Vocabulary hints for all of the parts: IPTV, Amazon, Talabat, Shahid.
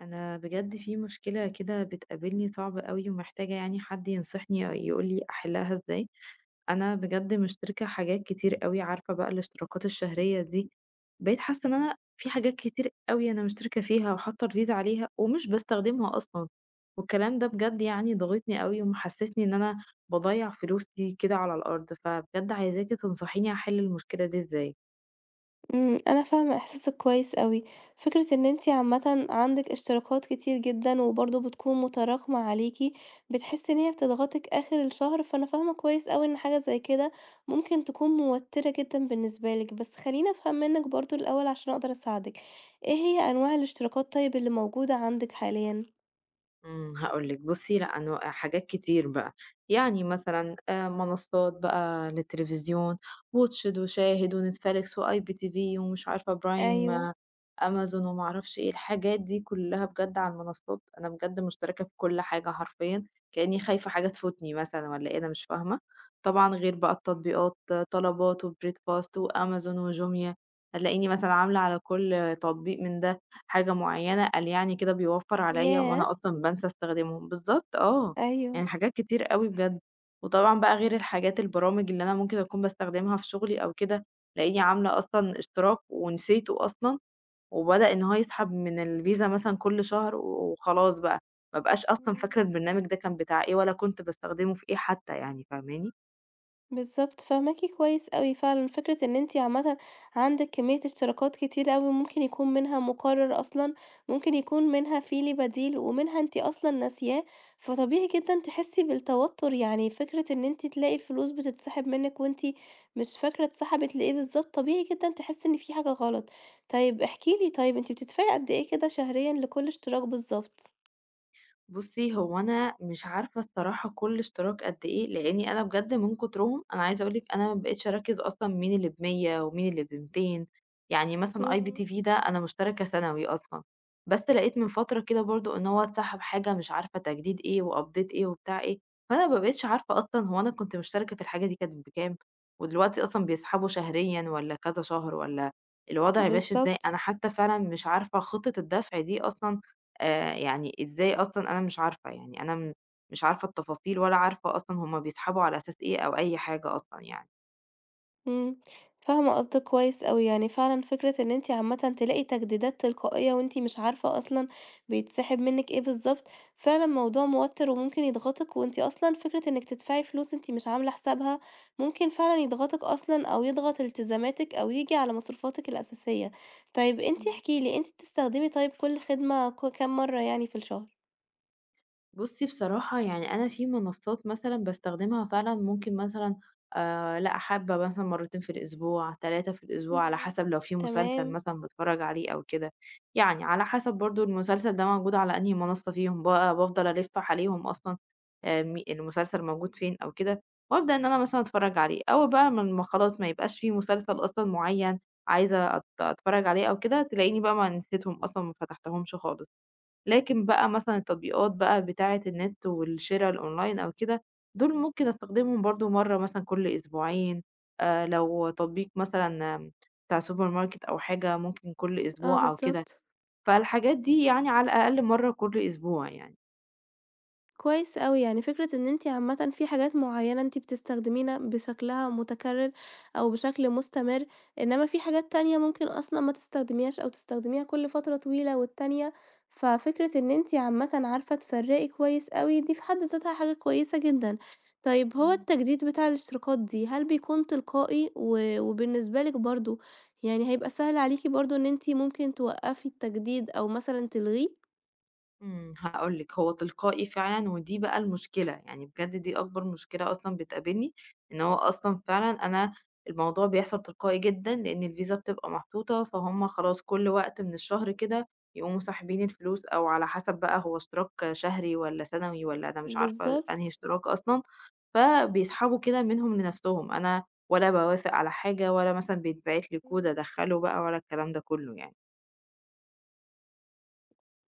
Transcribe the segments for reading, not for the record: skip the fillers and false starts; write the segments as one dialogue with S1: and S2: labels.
S1: انا بجد في مشكلة كده بتقابلني صعبة قوي ومحتاجة يعني حد ينصحني أو يقولي احلها ازاي. انا بجد مشتركة حاجات كتير قوي عارفة بقى الاشتراكات الشهرية دي. بقيت حاسة ان انا في حاجات كتير قوي انا مشتركة فيها وحاطة رفيز عليها ومش بستخدمها اصلا. والكلام ده بجد يعني ضغطني قوي ومحسسني ان انا بضيع فلوسي كده على الارض، فبجد عايزاكي تنصحيني احل المشكلة دي ازاي.
S2: أنا فاهمة إحساسِك كويس أوي، فكرة إن أنتِ عامةً عندِك اشتراكات كتير جدًا، وبرضه بتكون متراكمة عليكِ، بتحسي إن هي بتضغطِك آخر الشهر، فأنا فاهمة كويس أوي إن حاجة زي كده ممكن تكون موترة جدًا بالنسبة لِك، بس خلّيني أفهم منِك برضه الأول عشان أقدر أساعدِك، إيه هي أنواع الاشتراكات طيب اللي موجودة عندِك حاليًا؟
S1: هاقول لِك بُصّي لأ أنا حاجات كتير بقى، يعني مثلًا منصات بقى للتلفزيون واتشد وشاهد ونتفليكس وiBTV ومش عارفة برايم
S2: أيوه،
S1: آه، أمازون وما أعرفش إيه، الحاجات دي كلّها بجد على المنصات أنا بجد مشتركة في كل حاجة حرفيًا، كإني خايفة حاجة تفوتني مثلًا والّا إيه أنا مش فاهمة، طبعًا غير بقى التطبيقات آه، طلبات وبريدفاست وأمازون وجوميا، هتلاقيني مثلًا عاملة على كل تطبيق من ده حاجة معيّنة، قال يعني كده بيوفّر عليّا
S2: ياه!
S1: وأنا أصلًا بانسى أستخدمهم، بالضبط آه،
S2: أيوه،
S1: يعني حاجات كتير أوي بجد، وطبعًا بقى غير الحاجات البرامج اللي أنا ممكن أكون باستخدمها في شغلي أو كده، تلاقيني عاملة أصلًا اشتراك ونسيته أصلًا، وبدأ إن هو يسحب من الفيزا مثلًا كل شهر وخلاص بقى، ما ابقاش أصلًا
S2: إمم.
S1: فاكرة البرنامج ده كان بتاع إيه، ولا كنت باستخدمه في إيه حتى يعني، فاهماني؟
S2: بالضبط، فاهماكِ كويس أوي فعلًا، فكرة إن أنتِ عامةً عندِك كمية اشتراكات كتيرة أوي ممكن يكون منها مقرر أصلًا، ممكن يكون منها فيه ليه بديل، ومنها أنتِ أصلًا ناسياه، فطبيعي جدًا تحسي بالتوتر، يعني فكرة إن أنتِ تلاقي الفلوس بتتسحب منِك وأنتِ مش فاكرة اتسحبت لإيه بالضبط، طبيعي جدًا تحسي إن في حاجة غلط. طيب احكي لي طيب أنتِ بتدفعي قد إيه كده شهريًا لكل اشتراك بالضبط؟
S1: بُصّي، هو أنا مش عارفة الصراحة كل اشتراك قد إيه، لإني أنا بجد من كترهم أنا عايزة أقول لِك أنا ما بقيتش أركّز أصلًا مين اللي ب100 ومين اللي ب200. يعني مثلًا
S2: إمم،
S1: IPTV ده أنا مشتركة سنوي أصلًا، بس لقيت من فترة كده برضه إن هو اتسحب حاجة مش عارفة تجديد إيه وupdate إيه وبتاع إيه، فأنا ما بقيتش عارفة أصلًا هو أنا كنت مشتركة في الحاجة دي كانت بكام، ودلوقتي أصلًا بيسحبوا شهريًا والّا كذا شهر والّا الوضع ماشي إزاي، أنا
S2: بالضبط.
S1: حتى فعلًا مش عارفة خطة الدفع دي أصلًا. يعني إزاي أصلًا أنا مش عارفة، يعني أنا مش عارفة التفاصيل ولا عارفة أصلًا هُم بيسحبوا على أساس إيه أو أي حاجة أصلًا يعني.
S2: إمم، فاهمة قصدِك كويس أوي، يعني فعلًا فكرة إن أنتِ عامةً تلاقي تجديدات تلقائية وأنتِ مش عارفة أصلًا بيتسحب منِّك إيه بالضبط، فعلًا موضوع موتّر وممكن يضغطِك، وأنتِ أصلًا فكرة إنِّك تدفعي فلوس أنتِ مش عاملة حسابها، ممكن فعلًا يضغطِك أصلًا أو يضغط التزاماتِك أو ييجي على مصروفاتِك الأساسية. طيب أنتِ
S1: إمم.
S2: احكي لي، أنتِ بتستخدمي طيب كل خدمة كام مرّة يعني في الشهر؟
S1: بُصّي بصراحة يعني أنا في منصات مثلًا باستخدمها فعلًا ممكن مثلًا لأ، حابة مثلًا مرّتين في الأسبوع، 3 في الأسبوع، على
S2: إمم،
S1: حسب لو في مسلسل
S2: تمام،
S1: مثلًا باتفرّج عليه أو كده، يعني على حسب برضه المسلسل ده موجود على أنهي منصة فيهم بقى، بافضل ألِف عليهم أصلًا م المسلسل موجود فين أو كده، وأبدأ إن أنا مثلًا أتفرّج عليه، أول بقى من ما خلاص ما يبقاش في مسلسل أصلًا معيّن عايزة أتفرّج عليه أو كده، تلاقيني بقى ما نسيتهم أصلًا ما فتحتهمش خالص. لكن بقى مثلًا التطبيقات بقى بتاعة النت والشِرا الأونلاين أو كده، دول ممكن أستخدمهم برضه مرّة مثلًا كل أسبوعين، لو تطبيق مثلًا بتاع سوبر ماركت أو حاجة ممكن كل
S2: آه
S1: أسبوع أو كده،
S2: بالضبط.
S1: فالحاجات دي يعني على الأقل مرّة كل أسبوع يعني.
S2: كويس أوي، يعني فكرة إن أنتِ عامةً في حاجات معيّنة أنتِ بتستخدمينا بشكلها متكرر أو بشكل مستمر، إنما في حاجات تانية ممكن أصلًا ما تستخدميهاش أو تستخدميها كل فترة طويلة والتانية ففكرة إن أنتِ عامةً عارفة تفرّقي كويس أوي دي في حد ذاتها حاجة كويسة جدًا. طيب هو
S1: إمم.
S2: التجديد بتاع الاشتراكات دي هل بيكون تلقائي و وبالنسبة لِك برضه يعني هيبقى سهل عليكِ برضه إن أنتِ ممكن توقّفي التجديد أو مثلًا تلغيه؟
S1: هاقول لِك، هو تلقائي فعلًا ودي بقى المشكلة، يعني بجد دي أكبر مشكلة أصلًا بتقابلني، إن هو أصلًا فعلًا أنا الموضوع بيحصل تلقائي جدًا، لإن الفيزا بتبقى محطوطة، فهُم خلاص كل وقت من الشهر كده يقوموا ساحبين الفلوس أو على حسب بقى هو اشتراك شهري والّا سنوي والّا أنا مش عارفة أنهي
S2: بالضبط.
S1: اشتراك أصلًا، فبيسحبوا كده منهم لنفسهم، أنا ولا باوافق على حاجة ولا مثلًا بيتبعت لي كود
S2: إمم.
S1: أدخّله بقى ولا الكلام ده كله يعني.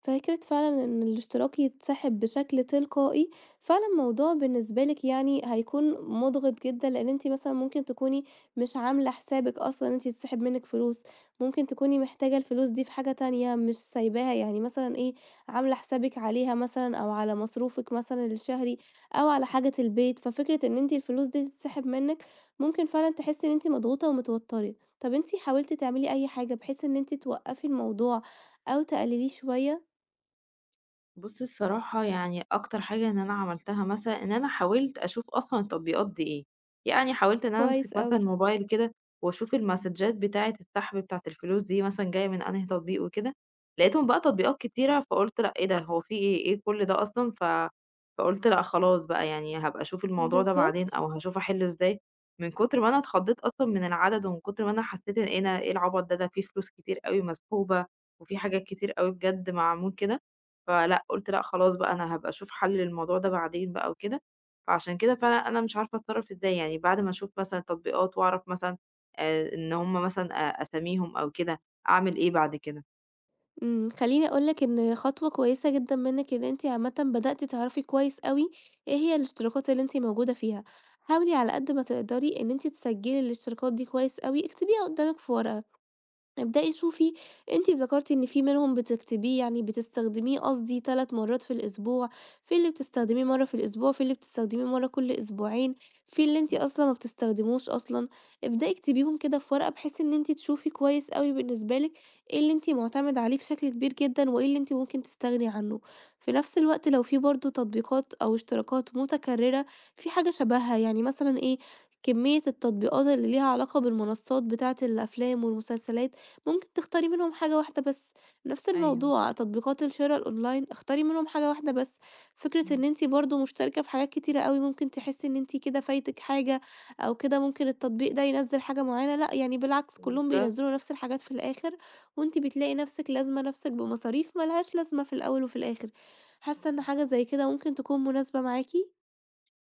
S2: فكرة فعلًا إن الاشتراك يتسحب بشكل تلقائي، فعلًا الموضوع بالنسبة لِك يعني هيكون مُضغِط جدًا، لإن أنتِ مثلًا ممكن تكوني مش عاملة حسابِك أصلًا إن أنتِ تتسحب منِك فلوس، ممكن تكوني محتاجة الفلوس دي في حاجة تانية مش سايباها، يعني مثلًا إيه، عاملة حسابِك عليها مثلًا أو على مصروفِك مثلًا الشهري أو على حاجة البيت، ففكرة إن أنتِ الفلوس دي تتسحب منِك ممكن فعلًا تحسي إن أنتِ مضغوطة ومتوترة. طَب أنتِ حاولتِ تعملي أي حاجة بحيث إن أنتِ توقّفي الموضوع أو تقلليه شوية؟
S1: بُصّي الصراحة يعني أكتر حاجة إن أنا عملتها مثلًا، إن أنا حاولت أشوف أصلًا التطبيقات دي إيه، يعني حاولت إن أنا أمسك
S2: كويس
S1: مثلًا
S2: أوي.
S1: الموبايل كده وأشوف المسدجات بتاعة السحب بتاعة الفلوس دي مثلًا جاية من أنهي تطبيق وكده، لقيتهم بقى تطبيقات كتيرة فقُلت لأ إيه ده، هو في إيه، إيه كل ده أصلًا، فقُلت لأ خلاص بقى يعني هابقى أشوف الموضوع ده بعدين
S2: بالضبط.
S1: أو هاشوف أحلّه إزاي، من كتر ما أنا اتخضيت أصلًا من العدد ومن كتر ما أنا حسيت إن إيه ده، إيه العبط ده، ده في فلوس كتير أوي مسحوبة وفي حاجات كتير أوي بجد معمول كده. فلأ، قُلت لأ خلاص بقى أنا هابقى أشوف حَل للموضوع ده بعدين بقى وكده، فعشان كده فعلًا أنا مش عارفة أتصرّف إزاي، يعني بعد ما أشوف مثلًا التطبيقات وأعرف مثلًا إن هم مثلًا أساميهم أو كده، أعمل إيه بعد كده؟
S2: خلّيني أقول لِك إن خطوة كويسة جدًا منِّك إن أنتِ عامةً بدأتِ تعرفي كويس أوي إيه هي الاشتراكات اللي أنتِ موجودة فيها، حاولي على قد ما تقدري إن أنتِ تسجّلي الاشتراكات دي كويس أوي، اكتبيها قدّامِك في ورقة. ابدئي شوفي أنتِ ذكرتِ إن في منهم بتكتبيه يعني بتستخدميه قصدي 3 مرات في الأسبوع، في اللي بتستخدميه مرة في الأسبوع، في اللي بتستخدميه مرة كل أسبوعين، في اللي أنتِ أصلًا ما بتستخدموش أصلًا، ابدئي اكتبيهم كده في ورقة بحيث إن أنتِ تشوفي كويس أوي بالنسبة لِك إيه اللي أنتِ معتمدة عليه بشكل كبير جدًا، وإيه اللي أنتِ ممكن تستغني عنه، في نفس الوقت لو في برضه تطبيقات أو اشتراكات متكررة في حاجة شبهها، يعني مثلًا إيه كمية التطبيقات اللي ليها علاقة بالمنصات بتاعة الأفلام والمسلسلات ممكن تختاري منهم حاجة واحدة بس، نفس
S1: أيوه.
S2: الموضوع تطبيقات الشرا الأونلاين اختاري منهم حاجة واحدة بس، فكرة
S1: إمم.
S2: إن أنتِ برضه مشتركة في حاجات كتيرة أوي ممكن تحسي إن أنتِ كده فايتِك حاجة، أو كده ممكن التطبيق ده ينزّل حاجة معينة، لأ يعني بالعكس كلّهم
S1: بالضبط.
S2: بينزّلوا نفس الحاجات في الآخر، وأنتِ بتلاقي نفسِك لازمة نفسِك بمصاريف ما لهاش لازمة في الأول وفي الآخر، حاسة إن
S1: إمم.
S2: حاجة زي كده ممكن تكون مناسبة معاكِ؟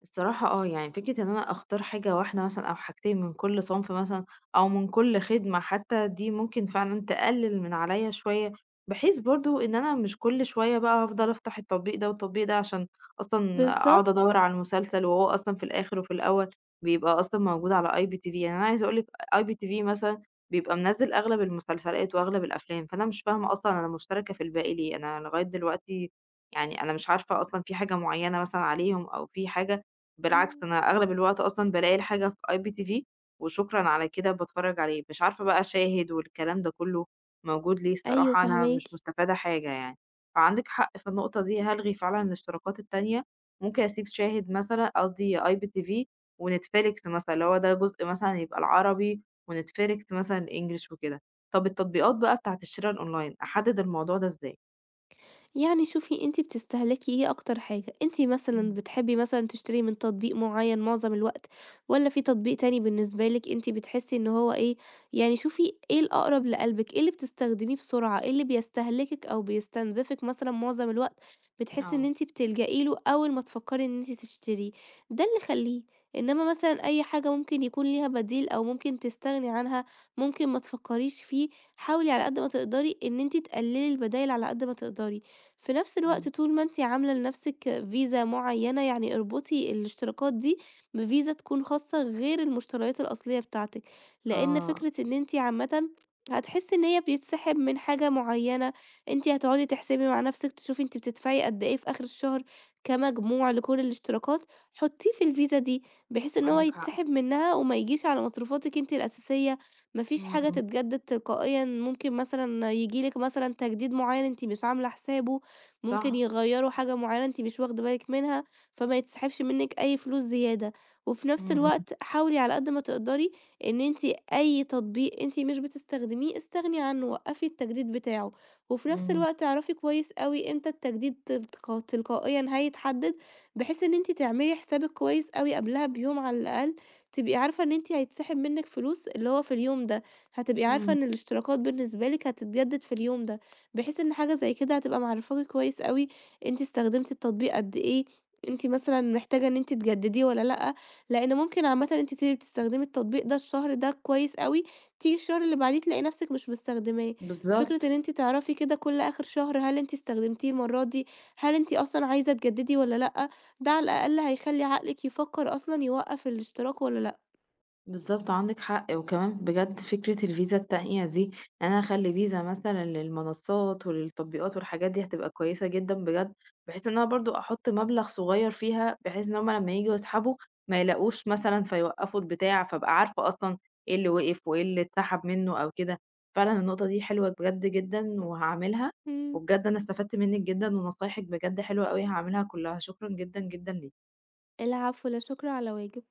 S1: الصراحة آه، يعني فكرة إن أنا أختار حاجة واحدة مثلًا أو حاجتين من كل صنف مثلًا أو من كل خدمة حتى، دي ممكن فعلًا تقلل من عليَّ شوية، بحيث برضه إن أنا مش كل شوية بقى هافضل أفتح التطبيق ده والتطبيق ده عشان أصلًا أقعد
S2: بالضبط،
S1: أدوّر على المسلسل، وهو أصلًا في الآخر وفي الأول بيبقى أصلًا موجود على IPTV، يعني أنا عايزة أقول لِك IPTV مثلًا بيبقى منزّل أغلب المسلسلات وأغلب الأفلام، فأنا مش فاهمة أصلًا أنا مشتركة في الباقي ليه، أنا لغاية دلوقتي يعني أنا مش عارفة أصلًا في حاجة معينة مثلًا عليهم أو في حاجة، بالعكس
S2: إمم،
S1: أنا أغلب الوقت أصلًا بالاقي الحاجة في IPTV وشكرًا على كده باتفرّج عليه، مش عارفة بقى أشاهد والكلام ده كلّه موجود ليه،
S2: أيوه
S1: الصراحة أنا
S2: فاهماكِ.
S1: مش مستفادة حاجة يعني. فعندِك حق في النقطة دي هالغي فعلًا الاشتراكات التانية، ممكن أسيب شاهد مثلًا قصدي IPTV وNetflix مثلًا اللي هو ده جزء مثلًا يبقى العربي، وNetflix مثلًا الEnglish وكده. طب التطبيقات بقى بتاعة الشِرا الأونلاين أحدد الموضوع ده إزاي؟
S2: يعني شوفي أنتِ بتستهلكي إيه أكتر حاجة، أنتِ مثلًا
S1: إمم.
S2: بتحبي مثلًا تشتري من تطبيق معيّن معظم الوقت، والّا في تطبيق تاني بالنسبة لِك أنتِ بتحسي إن هو إيه، يعني شوفي إيه الأقرب لقلبِك، إيه اللي بتستخدميه بسرعة، إيه اللي بيستهلكِك أو بيستنزفِك مثلًا معظم الوقت، بتحسي إن
S1: آه.
S2: أنتِ بتلجئي له أول ما تفكري إن أنتِ تشتريه، ده اللي خلّيه، إنما مثلًا أي حاجة ممكن يكون ليها بديل أو ممكن تستغني عنها، ممكن ما تفكريش فيه، حاولي على قد ما تقدري إن أنتِ تقللي البدايل على قد ما تقدري. في نفس الوقت
S1: إمم.
S2: طول ما أنتِ عاملة لنفسِك فيزا معيّنة، يعني اربطي الاشتراكات دي بفيزا تكون خاصة غير المشتريات الأصلية بتاعتِك، لإن
S1: آه.
S2: فكرة إن أنتِ عامةً هتحسّي إن هي بيتسحب من حاجة معيّنة، أنتِ هتقعدي تحسبي مع نفسِك تشوفي أنتِ بتدفعي قد إيه في آخر الشهر كمجموع لكل الاشتراكات، حطيه في الفيزا دي بحيث إن هو
S1: عندِك حق.
S2: يتسحب منها وما يجيش على مصروفاتِك أنتِ الأساسية، ما فيش
S1: إمم.
S2: حاجة
S1: إمم.
S2: تتجدد تلقائيًا، ممكن مثلًا ييجي لِك مثلًا تجديد معيّن أنتِ مش عاملة حسابه، ممكن
S1: صح.
S2: يغيّروا حاجة معيّنة أنتِ مش واخدة بالِك منها، فما يتسحبش منِّك أي فلوس زيادة، وفي نفس
S1: إمم. إمم.
S2: الوقت حاولي على قد ما تقدري إن أنتِ أي تطبيق أنتِ مش بتستخدميه استغني عنه، وقّفي التجديد بتاعه، وفي نفس
S1: إمم.
S2: الوقت اعرفي كويس أوي إمتى التجديد تلقائيًا هيتحدد، بحيث إن أنتِ تعملي حسابِك كويس أوي قبلها بيوم على الأقل، تبقي عارفة إن أنتِ هيتسحب منِّك فلوس اللي هو في اليوم ده، هتبقي عارفة
S1: إمم.
S2: إن الاشتراكات بالنسبة لِك هتتجدد في اليوم ده. بحيث إن حاجة زي كده هتبقى معرفاكِ كويس أوي أنتِ استخدمتِ التطبيق قد إيه، أنتِ مثلًا محتاجة إن أنتِ تجدديه والّا لأ، لأن ممكن عامةً أنتِ تبقي بتستخدمي التطبيق ده الشهر ده كويس أوي، تيجي الشهر اللي بعديه تلاقي نفسِك مش مستخدماه. فكرة إن
S1: بالضبط.
S2: أنتِ تعرفي كده كل آخر شهر هل أنتِ استخدمتيه المرة دي، هل أنتِ أصلًا عايزة تجددي والّا لأ، ده على الأقل هيخلي عقلِك يفكر أصلًا يوقف الاشتراك والّا لأ.
S1: بالضبط عندِك حق، وكمان بجد فكرة الفيزا التانية دي، أنا أخلّي فيزا مثلًا للمنصات وللتطبيقات والحاجات دي هتبقى كويسة جدًا بجد، بحيث إن أنا برضه أحط مبلغ صغير فيها، بحيث إن هُم لمّا ييجوا يسحبوا ما يلاقوش مثلًا فيوقّفوا البتاع، فابقى عارفة أصلًا إيه اللي وقف وإيه اللي اتسحب منه أو كده، فعلًا النقطة دي حلوة بجد جدًا وهاعملها.
S2: إمم.
S1: وبجد أنا استفدت منِّك جدًا ونصايحِك بجد حلوة أوي هاعملها كلّها، شكرًا جدًا، جدًا ليكِ.
S2: العفو، لا شكر على واجب.